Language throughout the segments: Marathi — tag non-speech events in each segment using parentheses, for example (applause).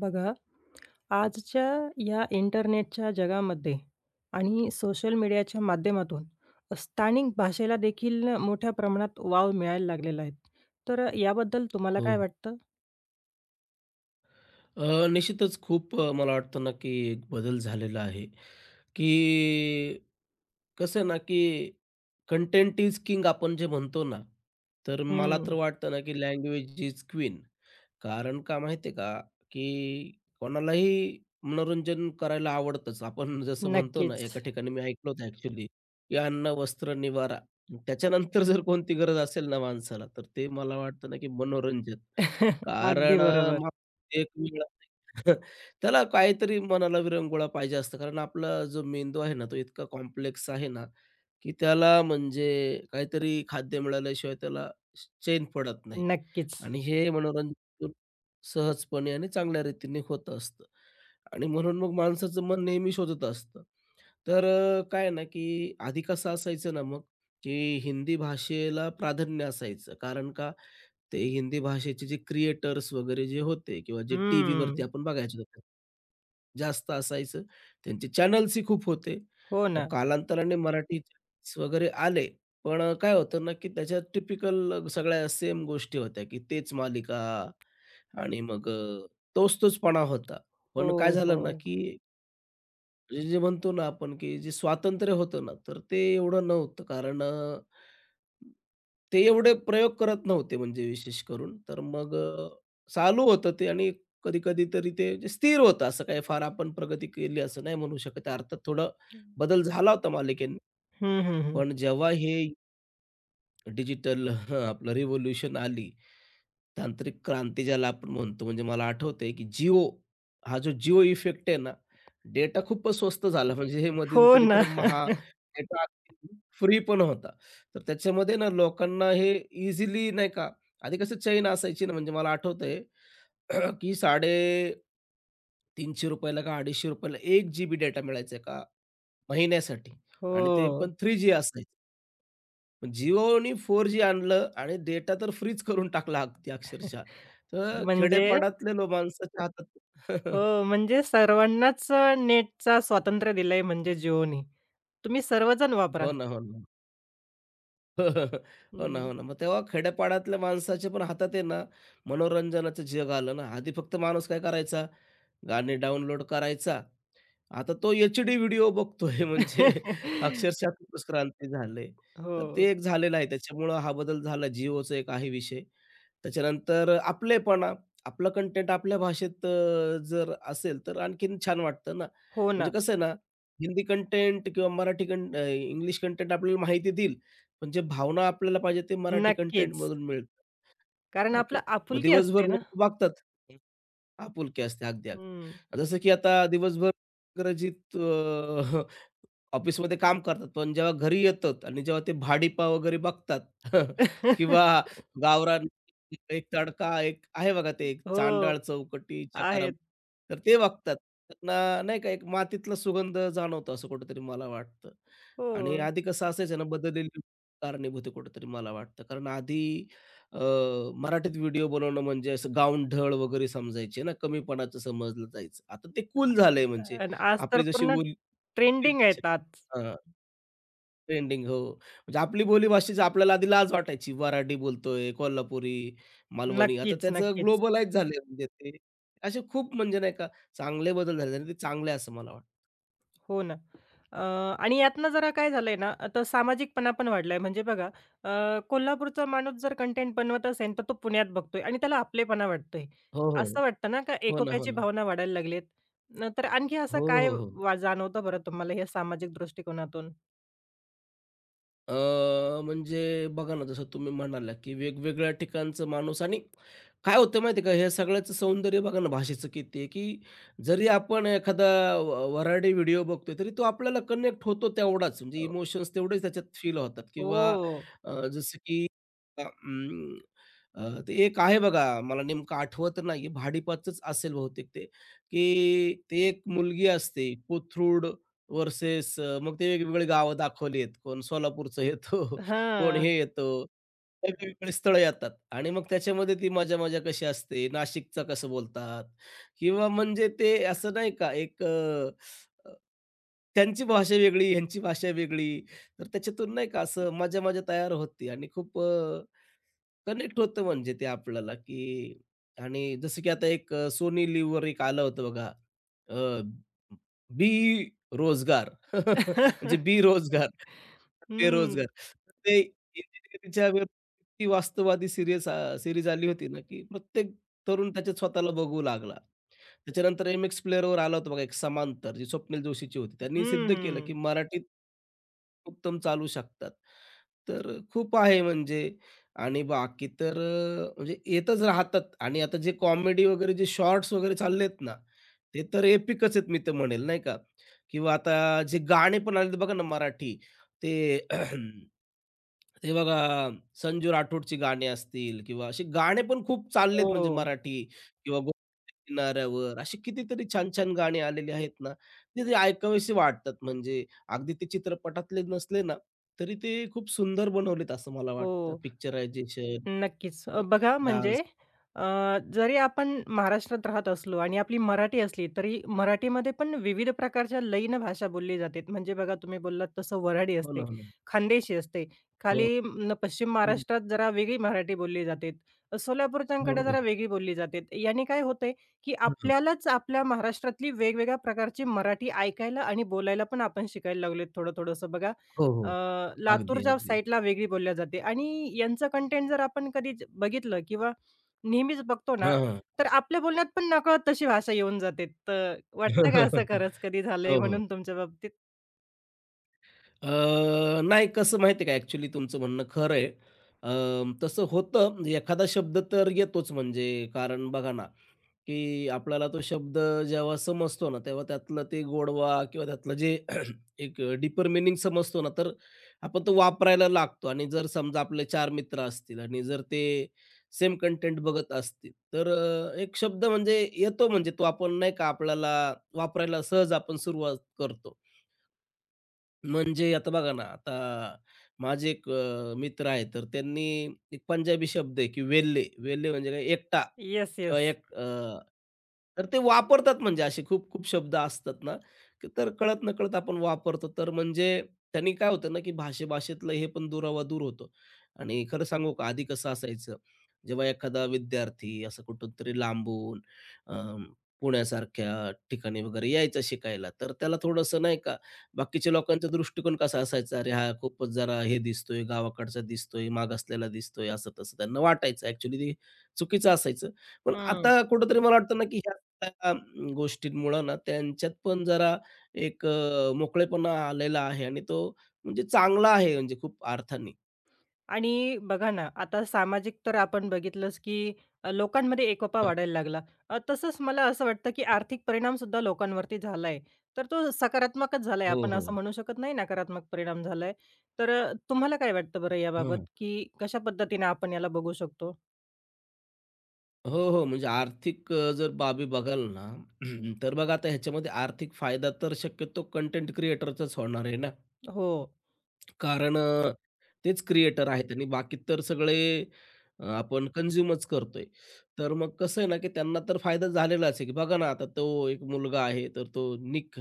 बघा, आजच्या या इंटरनेटच्या जगामध्ये आणि सोशल मीडियाच्या माध्यमातून स्थानिक भाषेला देखील मोठ्या प्रमाणात वाव मिळायला लागलेला आहे. तर याबद्दल तुम्हाला हो. काय वाटतं? निश्चितच खूप मला वाटतं ना, की एक बदल झालेला आहे, की कसं आहे ना, की कंटेंट इज किंग आपण जे म्हणतो ना, तर मला हं, तर वाटतं ना, की लँग्वेज इज क्वीन. कारण का माहिती आहे का, की कोणालाही मनोरंजन करायला आवडतंच. आपण जसं म्हणतो ना, नक्कीच. एका ठिकाणी मी ऐकलं होतं ॲक्चुअली, की "अन्न, वस्त्र, निवारा." त्याच्यानंतर जर कोणती गरज असेल ना माणसाला, तर ते मला वाटतं ना, की मनोरंजन. (laughs) अगदी कारण बरोबर. माणूस एक मिळत (laughs) त्याला काहीतरी मनाला विरंगुळा पाहिजे असतं. कारण आपला जो मेंदू आहे ना, तो इतका कॉम्प्लेक्स आहे ना की त्याला म्हणजे काहीतरी खाद्य मिळाल्याशिवाय त्याला चैन पडत नाही नक्कीच. आणि हे मनोरंजन सहजपणे आणि चांगल्या रीतीने होत असतं आणि म्हणून मग माणसाचं मन नेहमी शोधत असतं. तर काय आहे ना, की आधी कसं असायचं ना मग, की हिंदी भाषेला प्राधान्य असायचं. कारण का, ते हिंदी भाषेचे जे क्रिएटर्स वगैरे जे होते किंवा जे हं. टीव्हीवरती आपण बघायचो जास्त असायचं. त्यांचे चॅनल्सही खूप होते. हो मग ना. कालांतराने मराठी चॅनल्स वगैरे आले. पण काय होतं ना, की त्याच्यात टिपिकल सगळ्या सेम गोष्टी होत्या, की तेच मालिका आणि मग तोच-तोचपणा होता. हो, पण काय झालं ना, हो. की म्हणजे जे म्हणतो ना आपण, की जे स्वातंत्र्य होतं ना, तर ते एवढं नव्हतं. कारण ते एवढे प्रयोग करत नव्हते म्हणजे विशेष करून. तर मग चालू होतं ते आणि कधी-कधी तरी ते म्हणजे स्थिर होतं. असं काही फार आपण प्रगती केली असं नाही म्हणू शकत. अर्थात थोडा बदल झाला होता मालिकेने. हं, हं, हं. पण जेव्हा हे डिजिटल आपलं रिव्होल्यूशन आली. तांत्रिक क्रांती ज्याला आपण म्हणतो. म्हणजे मला आठवतंय, की Jio हा जो Jio इफेक्ट आहे ना, डेटा खूपच स्वस्त झाला. म्हणजे हे हो मध्यंतरी ना. तर महा (laughs) डेटा अगदी फ्री पण होता. तर त्याच्यामध्ये ना लोकांना हे इझिली नाही का, आधी कसं चैन असायची ना, म्हणजे मला आठवतंय, (clears throat) की ₹350 ला का ₹250 ला 1 जीबी डेटा मिळायचा एका महिन्यासाठी आणि ते हो. पण 3G असायचं. मग Jioनी 4G आणलं आणि डेटा तर फ्रीच करून टाकला अगदी अक्षरशः. तर म्हणजे खेडेपाड्यातले माणसाच्या हातात (laughs) हो, म्हणजे सर्वांनाच नेटचा स्वातंत्र्य दिलंय म्हणजे जिओनी. तुम्ही सर्वजण वापरा. हो ना, हो ना. (laughs) हो ना, हं. हो ना. मग तेव्हा खेड्यापाड्यातल्या माणसाच्या पण हातात आहे ना, मनोरंजनाचं जग आलं ना. आधी फक्त माणूस काय करायचा, गाणे डाउनलोड करायचा. आता तो एच-डी व्हिडिओ बघतोय (laughs) म्हणजे (laughs) अक्षरशः खूपच क्रांती झाले. तर हो. ते एक झालेलं आहे. त्याच्यामुळं हा बदल झाला. Jioचा एक आहे विषय. त्याच्यानंतर आपलेपणा, आपलं कंटेंट आपल्या भाषेत जर असेल तर आणखीन छान वाटतं ना. हो म्हणजे ना. कसं आहे ना, हिंदी कंटेंट किंवा मराठी इंग्लिश कंटेंट आपल्याला माहिती देईल, पण जे भावना आपल्याला पाहिजे ते मराठी नक्कीच. कंटेंटमधून मिळतं. कारण ओके. आपलं मग आपुलकी असते दिवसभर ना. लोकं बघतात. आपुलकी असते. अगदी, हं. अगदी. जसं की आता दिवसभर इंग्रजीत ऑफिसमध्ये काम करतात, पण जेव्हा घरी येतात आणि जेव्हा ते भाडीपा वगैरे बघतात (laughs) किंवा (laughs) गावरान एक तडका, एक आहे बघा ते एक हो, चांडाळ चौकटी, चकाराम आहेत. तर ते बघतात. त्यांना नाही का एक मातीतला सुगंध जाणवतो असं कुठेतरी मला वाटतं. आणि हो. आधी कसं असायचं ना बदललेली कारणीभूत आहे कुठेतरी मला वाटतं. कारण आधी अ, मराठीत व्हिडिओ बनवणं म्हणजे असं गावंढळ वगैरे समजायचे ना, कमीपणाचं समजलं जायचं. आता ते कूल झालंय म्हणजे आणि आज तर आपली जशी पूर्ण बोली ट्रेंडिंग आहेत आज. हां, ट्रेंडिंग हो. म्हणजे आपली बोलीभाषेची आपल्याला आधी लाज वाटायची. वऱ्हाडी बोलतोय, कोल्हापुरी, मालवणी. आता नक्कीच, त्याचं नक्कीच. ग्लोबलाईज झालंय म्हणजे ते. असे खूप म्हणजे नाही का चांगले बदल झाले आणि ते चांगले आहे असं मला वाटतं. हो ना. अ, आणि यातनं जरा काय झालंय ना, आता सामाजिकपणा पण वाढलाय. म्हणजे बघा, कोल्हापूरचा माणूस जर कंटेंट बनवत असेल, तर तो पुण्यात बघतोय आणि त्याला आपलेपणा वाटतोय. हो, हो. असं वाटतं ना, का हो ना, हो एकोप्याची ना. भावना वाढायला लागली आहे. नंतर आणखी असं हो, काय हो, हो. वा जाणवतं बरं तुम्हाला या सामाजिक दृष्टिकोनातून? अ, म्हणजे बघा ना, जसं तुम्ही म्हणाला, की वेगवेगळ्या ठिकाणचं माणूस आणि काय होतं माहिती आहे का, हे सगळ्याचं सौंदर्य बघा ना भाषेचं किती आहे, की जरी आपण एखादा वऱ्हाडी व्हिडिओ बघतोय, तरी तो आपल्याला कनेक्ट होतो तेवढाच. म्हणजे हो. इमोशन्स तेवढेच त्याच्यात फील होतात किंवा हो. जसं की अ, अं, ते एक आहे बघा, मला नेमकं आठवत नाही भाडीपाचच असेल बहुतेक ते, की ते एक मुलगी असते कोथरूड व्हर्सेस मग ते वेगवेगळी गावं दाखवलीत. कोण सोलापूरचं येतो, (laughs) कोण हां. हे येतो. वेगवेगळी स्थळं येतात आणि मग त्याच्यामध्ये ती मजा-मजा कशी असते, नाशिकचं कसं बोलतात किंवा म्हणजे ते असं नाही का एक अ, अ, त्यांची भाषा वेगळी, ह्यांची भाषा वेगळी. तर त्याच्यातून नाही का असं मजा-मजा तयार होते आणि खूप कनेक्ट होतं म्हणजे ते आपल्याला, की आणि जसं की आता एक सोनी लिव्हवर एक आलं होतं बघा, अ, बी रोजगार (laughs) म्हणजे (laughs) बेरोजगार, हं. बेरोजगार. ते इंजिनिअरिंगच्या वेळी इतकी वास्तववादी सीरीज आली होती ना, की प्रत्येक तरुण त्याच्यात स्वतःला बघू लागला. त्याच्यानंतर एम-एक्स प्लेअरवर आला होता बघा एक समांतर, जी स्वप्नील जोशीची होती. त्यांनी हं, सिद्ध केलं, हं. की (laughs) मराठीत उत्तम चालू शकतात. तर खूप आहे म्हणजे आणि बाकी तर म्हणजे येतच राहतात आणि आता जे कॉमेडी वगैरे जे शॉर्ट्स वगैरे चाललेत ना, ते तर एपिकच आहेत मी तर म्हणेल नाही का? किंवा आता जे गाणे पण आलेत बघा ना मराठी, ते (clears throat) ते बघा संजू राठोडची गाणी असतील किंवा असे गाणे पण खूप चाललेत हो, म्हणजे मराठी किंवा गोव्याच्या किनाऱ्यावर अशी कितीतरी छान-छान गाणी आलेली आहेत ना, ते जे ऐकावेसे वाटतात म्हणजे अगदी ते चित्रपटातले नसले ना, तरी ते खूप सुंदर बनवलेत असं मला हो. वाटतं. पिक्चरायझेशन, नक्कीच. बघा म्हणजे डान्स. अ, जरी आपण महाराष्ट्रात राहत असलो आणि आपली मराठी असली, तरी मराठीमध्ये पण विविध प्रकारच्या लयीन भाषा बोलली जाते. म्हणजे बघा तुम्ही बोललात तसं वऱ्हाडी हो ना, असते, हो ना. खानदेशी असते. हो, खाली न पश्चिम हो, महाराष्ट्रात जरा वेगळी मराठी बोलली जाते. सोलापूरच्यांकडे हो, जरा वेगळी बोलली जाते. याने काय होतंय, की हो, हो, आपल्यालाच आपल्या महाराष्ट्रातली वेगवेगळ्या प्रकारची मराठी ऐकायला आणि बोलायला पण आपण शिकायला लागलोत थोडं-थोडंसं बघा. हो, हो. अ, अगदी, लातूरच्या अगदी. साईडला वेगळी बोलली जाते आणि यांचं कंटेंट जर आपण कधीच बघितलं किंवा नेहमीच बघतो ना, हां, हां. तर आपल्या बोलण्यात पण नकळत तशी भाषा येऊन जाते. तर वाटतं का असं (laughs) खरंच कधी झालंय हो, हो. म्हणून तुमच्या बाबतीत? नाही कसं माहिती आहे का ॲक्च्युली तुमचं म्हणणं खरं आहे. तसं होतं म्हणजे एखादा शब्द तर येतोच म्हणजे कारण बघा ना, की आपल्याला तो शब्द जेव्हा समजतो ना, तेव्हा त्यातलं ते गोडवा किंवा त्यातलं जे (clears throat) एक डीपर मीनिंग समजतो ना, तर आपण तो वापरायला लागतो आणि जर समजा आपले 4 मित्र असतील आणि जर ते सेम कंटेंट बघत असतील, तर एक शब्द म्हणजे येतो म्हणजे तो आपण नाही का आपल्याला वापरायला सहज आपण सुरुवात करतो. म्हणजे आता बघा ना, आता माझे एक मित्र आहेत, तर त्यांनी एक पंजाबी शब्द आहे, की वेल्हे. वेल्हे म्हणजे काय एकटा येस, किंवा येस. एक तर ते वापरतात म्हणजे असे खूप खूप शब्द असतात ना, की तर कळत-नकळत आपण वापरतो. तर म्हणजे त्यांनी काय होतं ना, की भाषे हे पण दुरावा दूर होतो. आणि खरं सांगू का, आधी कसं असायचं, जेव्हा एखादा विद्यार्थी असं कुठूनतरी लांबून अ, पुण्यासारख्या ठिकाणी वगैरे यायचा शिकायला, तर त्याला थोडंसं नाही का बाकीच्या लोकांचा दृष्टिकोन कसा असायचा, "अरे हा खूपच जरा हे दिसतोय, गावाकडचा दिसतोय, मागासलेला दिसतोय," असं-तसं त्यांना वाटायचं. ॲक्चुअली ते चुकीचं असायचं. पण हं. आता कुठेतरी मला वाटतं ना, की ह्या सगळ्या गोष्टींमुळं ना त्यांच्यात पण जरा एक मोकळेपणा आलेला आहे आणि तो म्हणजे चांगला आहे म्हणजे खूप अर्थाने. आणि बघा ना, आता सामाजिक तर आपण बघितलंच, की लोकांमध्ये एकोपा हं. वाढायला लागला. तसंच मला असं वाटतं, की आर्थिक परिणामसुद्धा लोकांवरती झाला आहे. तर तो सकारात्मकच झाला आहे. हो, आपण असं हो. म्हणू शकत नाही नकारात्मक परिणाम झाला. तर तुम्हाला काय वाटतं बरं याबाबत, हं. की कशा पद्धतीने आपण याला बघू शकतो? हो, हो. म्हणजे आर्थिक जर बाबी बघाल ना, (clears throat) तर बघा आता ह्याच्यामध्ये आर्थिक फायदा तर शक्यतो कंटेंट क्रिएटरचाच होणार आहे ना. हो. कारण तेच क्रिएटर आहेत आणि बाकी तर सगळे आपण कन्झ्युमच करतोय. तर मग कसं आहे ना, की त्यांना तर फायदा झालेलाच आहे, की बघा ना आता तो एक मुलगा आहे, तर तो निक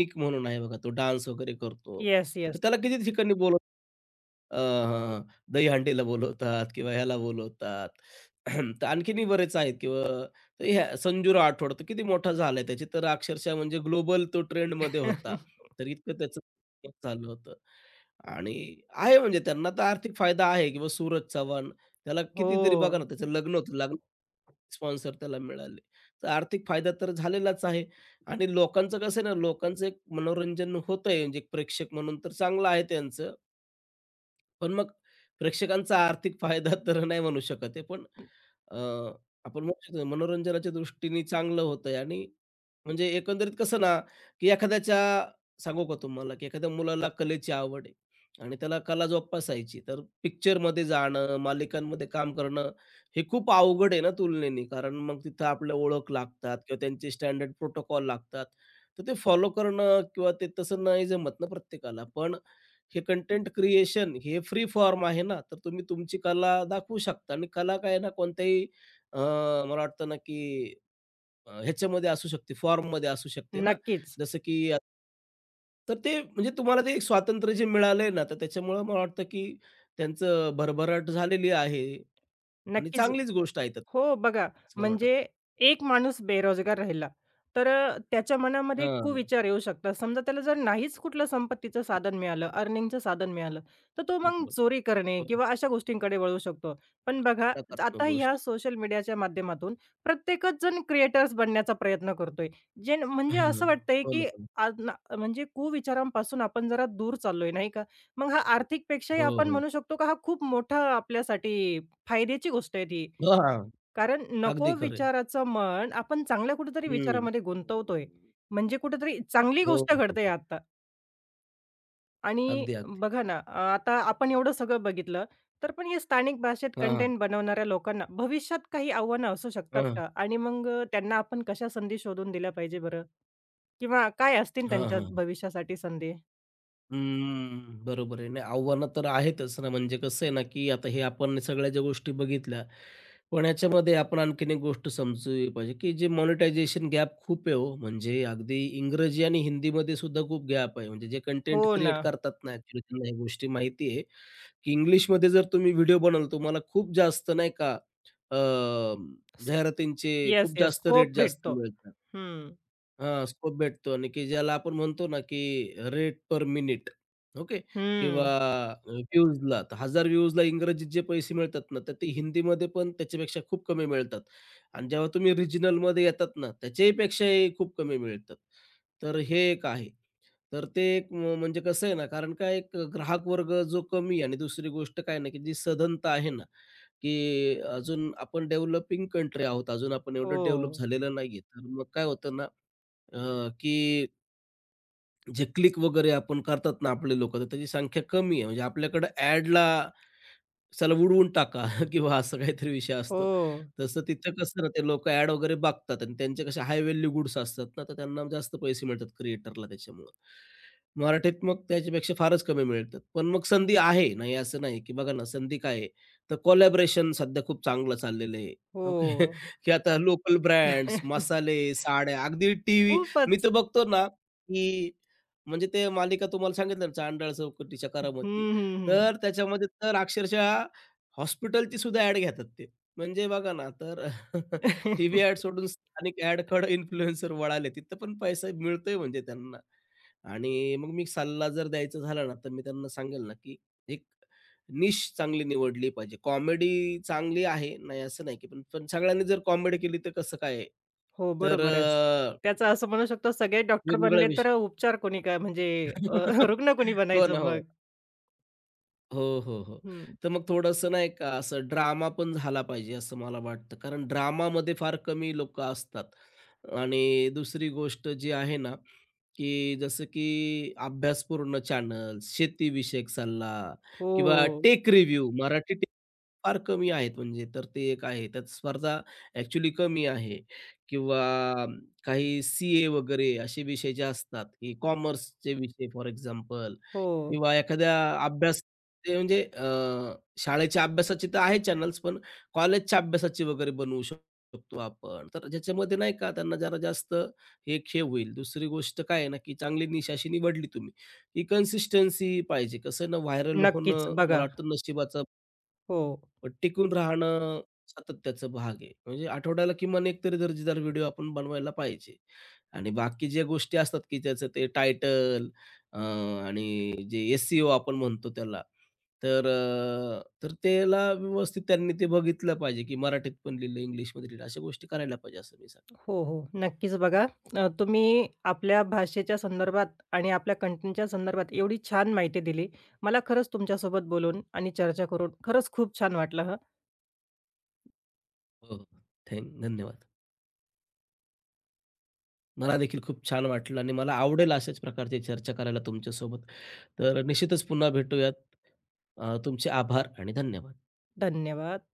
निक म्हणून आहे बघा, तो डान्स वगैरे करतो. Yes, yes. तर त्याला किती ठिकाणी बोलवतात अ, हां, दहीहंडीला बोलवतात किंवा ह्याला बोलवतात. (clears throat) तर आणखीनही बरेच आहेत किंवा तर ह्या संजू राठोड तर किती मोठा झालाय. त्याची तर अक्षरशः म्हणजे ग्लोबल तो ट्रेंडमध्ये होता. (laughs) तर इतकं त्याचं चाललं होतं. आणि आहे म्हणजे त्यांना तर आर्थिक फायदा आहे किंवा सूरज चव्हाण त्याला हो. कितीतरी बघा ना, त्याचं लग्न होतं. लग्न स्पॉन्सर त्याला मिळाले. तर आर्थिक फायदा तर झालेलाच आहे. आणि लोकांचं कसं आहे ना, लोकांचं एक मनोरंजन होतंय म्हणजे एक प्रेक्षक म्हणून तर चांगलं आहे त्यांचं. पण मग प्रेक्षकांचा आर्थिक फायदा (laughs) तर नाही म्हणू शकत आहे. पण अ, आपण म्हणू शकतो मनोरंजनाच्या दृष्टीने चांगलं होतंय आणि म्हणजे एकंदरीत कसं ना, की एखाद्याच्या सांगू का तुम्हाला, की एखाद्या मुलाला कलेची आवड आहे आणि त्याला कला जोपासायची, तर पिक्चरमध्ये जाणं, मालिकांमध्ये काम करणं हे खूप अवघड आहे ना तुलनेने. कारण मग तिथं आपल्या ओळख लागतात किंवा त्यांचे स्टँडर्ड प्रोटोकॉल लागतात. तर ते फॉलो करणं किंवा ते तसं नाही जमत ना प्रत्येकाला. पण हे कंटेंट क्रिएशन हे फ्री फॉर्म आहे ना, तर तुम्ही तुमची कला दाखवू शकता आणि कला काय आहे ना कोणत्याही मला वाटतं ना, की ह्याच्यामध्ये असू शकते, फॉर्ममध्ये असू शकते न ना, नक्कीच. जसं की आता- तर ते म्हणजे तुम्हाला ते एक स्वातंत्र्य जे मिळालंय ना, तर त्याच्यामुळं मला वाटतं, की त्यांचं भरभराट झालेली आहे आणि नक्कीच चांगलीच गोष्ट आहे त्यात, हो, बघा असं मला वाटतं. म्हणजे एक माणूस बेरोजगार राहिला, तर त्याच्या मनामध्ये हां. कुविचार येऊ शकतात. समजा त्याला जर नाहीच कुठलं संपत्तीचं साधन मिळालं, अर्निंगचं साधन मिळालं, तर तो मग बरोबर. चोरी करणे हो, हो. किंवा अशा गोष्टींकडे वळू शकतो. पण बघा, नकारात्मक आता ह्या गोष्टी. सोशल मीडियाच्या माध्यमातून प्रत्येकच जण क्रिएटर्स बनण्याचा प्रयत्न करतोय. जे न- म्हणजे हां. असं वाटतंय, हो की ना. आज ना म्हणजे कुविचारांपासून आपण जरा दूर चाललोय, नाही का? मग हा आर्थिकपेक्षाही हो, आपण म्हणू ना. शकतो का हा खूप मोठा आपल्यासाठी फायद्याची गोष्ट आहे ती. हो. हां, कारण नको अगदी खरं विचाराचं मन आपण चांगल्या कुठेतरी विचारामध्ये गुंतवतोय. म्हणजे कुठेतरी चांगली हो, गोष्ट हो, घडते हो. आता. आणि अगदी, अगदी. बघा ना, आता आपण एवढं सगळं बघितलं, तर पण हे स्थानिक भाषेत हां, हां. कंटेंट बनवणाऱ्या लोकांना भविष्यात काही आव्हानं असू शकतात हां, हां. का? आणि मग त्यांना आपण कशा संधी शोधून दिल्या पाहिजे बरं? किंवा काय असतील हां, त्यांच्या हां. भविष्यासाठी संधी? बरोबर आहे. नाही आव्हानं तर आहेतच ना, म्हणजे कसं आहे ना, की आता हे आपण सगळ्या ज्या गोष्टी बघितल्या, पण याच्यामध्ये आपण आणखीन एक गोष्ट समजली पाहिजे, की जे मॉनिटायझेशन गॅप खूप आहे हो. म्हणजे अगदी इंग्रजी आणि हिंदीमध्ये सुद्धा खूप गॅप आहे. म्हणजे जे हो कंटेंट ना. क्रिएट करतात ना, ॲक्चुअली त्यांना ह्या गोष्टी माहिती आहे, की इंग्लिशमध्ये जर तुम्ही व्हिडिओ बनवला, तुम्हाला खूप जास्त नाही का अ, स जाहिरातींचे येस, खूप येस. जास्त स्कोप रेट जास्त भेटतो. मिळतात. हं. हां, स्कोप भेटतो आणि की ज्याला आपण म्हणतो ना, की रेट पर मिनिट ओके किंवा हं. व्ह्यूजला तर 1,000 व्ह्यूजला इंग्रजीत जे पैसे मिळतात ना, तर ते हिंदीमध्ये पण त्याच्यापेक्षा खूप कमी मिळतात. आणि जेव्हा तुम्ही रिजनलमध्ये येतात ना, त्याच्याही पेक्षाही खूप कमी मिळतात. तर हे एक आहे. तर ते एक म्हणजे कसं आहे ना, कारण काय एक ग्राहक वर्ग जो कमी आहे आणि दुसरी गोष्ट काय ना, की जी सधनता आहे ना, की अजून आपण डेव्हलपिंग कंट्री आहोत. अजून आपण एवढं डेव्हलप हो. झालेलं नाहीये. तर मग काय होतं ना की जे क्लिक वगैरे आपण करतात ना आपले लोकं, तर त्याची संख्या कमी आहे. म्हणजे आपल्याकडं ॲडला चला उडवून टाका (laughs) किंवा असं काहीतरी विषय असतो. हो. तसं तिथं कसं ना ते लोकं ॲड वगैरे बघतात आणि त्यांचे कसे हाय व्हॅल्यू गुड्स असतात ना, तर त्यांना जास्त पैसे मिळतात क्रिएटरला त्याच्यामुळं. मराठीत मग त्याच्यापेक्षा फारच कमी मिळतात. पण मग संधी आहे, नाही असं नाही, की बघा ना संधी काय आहे, तर कोलॅबोरेशन सध्या खूप चांगलं चाललेलं आहे. हो. ओके. (laughs) की आता लोकल ब्रँड्स, (laughs) मसाले, साड्या, अगदी टीव्ही मी खूपच. तर बघतो ना, की म्हणजे ते मालिका तुम्हाला सांगितलं ना, चांडळ चौकटीच्या हं, करामती. हं, हं. तर त्याच्यामध्ये तर अक्षरशः हॉस्पिटलची सुद्धा ॲड घेतात ते. म्हणजे बघा ना, तर (laughs) टीव्ही (laughs) ॲड सोडून स्थानिक ॲडकडे इन्फ्लुएन्सर वळाले. तिथं पण पैसा मिळतोय म्हणजे त्यांना. आणि मग मी सल्ला जर द्यायचा झाला ना, तर मी त्यांना सांगेल ना, की एक निश चांगली निवडली पाहिजे. कॉमेडी चांगली आहे, नाही असं नाही, की पण पण सगळ्यांनी जर कॉमेडी केली तर कसं काय आहे? हो, तर बरोबरच. त्याचं असं म्हणू शकतो सगळे डॉक्टर वेगवेगळा बनले तर विषय उपचार कोणी काय म्हणजे अ, (laughs) (laughs) रुग्ण कोणी हो बनायचं ना, मग? हो. हो, हो, हो. हं. तर मग थोडंसं नाही का असं ड्रामा पण झाला पाहिजे असं मला वाटतं. कारण ड्रामामध्ये फार कमी लोकं असतात. आणि दुसरी गोष्ट जी आहे ना, की जसं की अभ्यासपूर्ण चॅनल्स, शेतीविषयक सल्ला किंवा हो, टेक रिव्ह्यू मराठी टेक फार कमी आहेत म्हणजे तर ते एक आहे. त्यात स्पर्धा ॲक्चुअली कमी आहे किंवा अम, काही सी-ए वगैरे असे विषय जे असतात, की कॉमर्सचे विषय फॉर एक्झाम्पल हो. किंवा एखाद्या अभ्यास ते म्हणजे शाळेच्या अभ्यासाची तर आहे चॅनल्स, पण कॉलेजच्या अभ्यासाची वगैरे बनवू शकतो आपण. तर ज्याच्यामध्ये नाही का त्यांना जरा जास्त हे खेळ होईल. दुसरी गोष्ट काय आहे ना, की चांगली निश अशी निवडली तुम्ही, की कन्सिस्टन्सी पाहिजे. कसं आहे ना, व्हायरल नक्कीच होणं मला बघा. वाटतं नशिबाचं हो, पण टिकून राहणं सातत्याचा भाग आहे. म्हणजे आठवड्याला किमान एक तरी दर्जेदार व्हिडिओ आपण बनवायला पाहिजे. आणि बाकी ज्या गोष्टी असतात, की त्याचं ते टायटल आणि जे एस-सी-ओ आपण म्हणतो त्याला, तर तर त्याला व्यवस्थित त्यांनी ते बघितलं पाहिजे, की मराठीत पण लिहिलं, इंग्लिशमध्ये लिहिलं. अशा गोष्टी करायला पाहिजे असं मी सांगेन. हो, हो. नक्कीच बघा. तुम्ही आपल्या भाषेच्या संदर्भात आणि आपल्या कंटेंटच्या संदर्भात एवढी छान माहिती दिली. मला खरंच तुमच्यासोबत बोलून आणि चर्चा करून खरंच खूप छान वाटलं हं. हो, हो. धन्यवाद. मला देखील खूप छान वाटलं आणि मला आवडेल अशाच प्रकारची चर्चा करायला तुमच्यासोबत. तर निश्चितच पुन्हा भेटूयात. तुमचे आभार आणि धन्यवाद. धन्यवाद.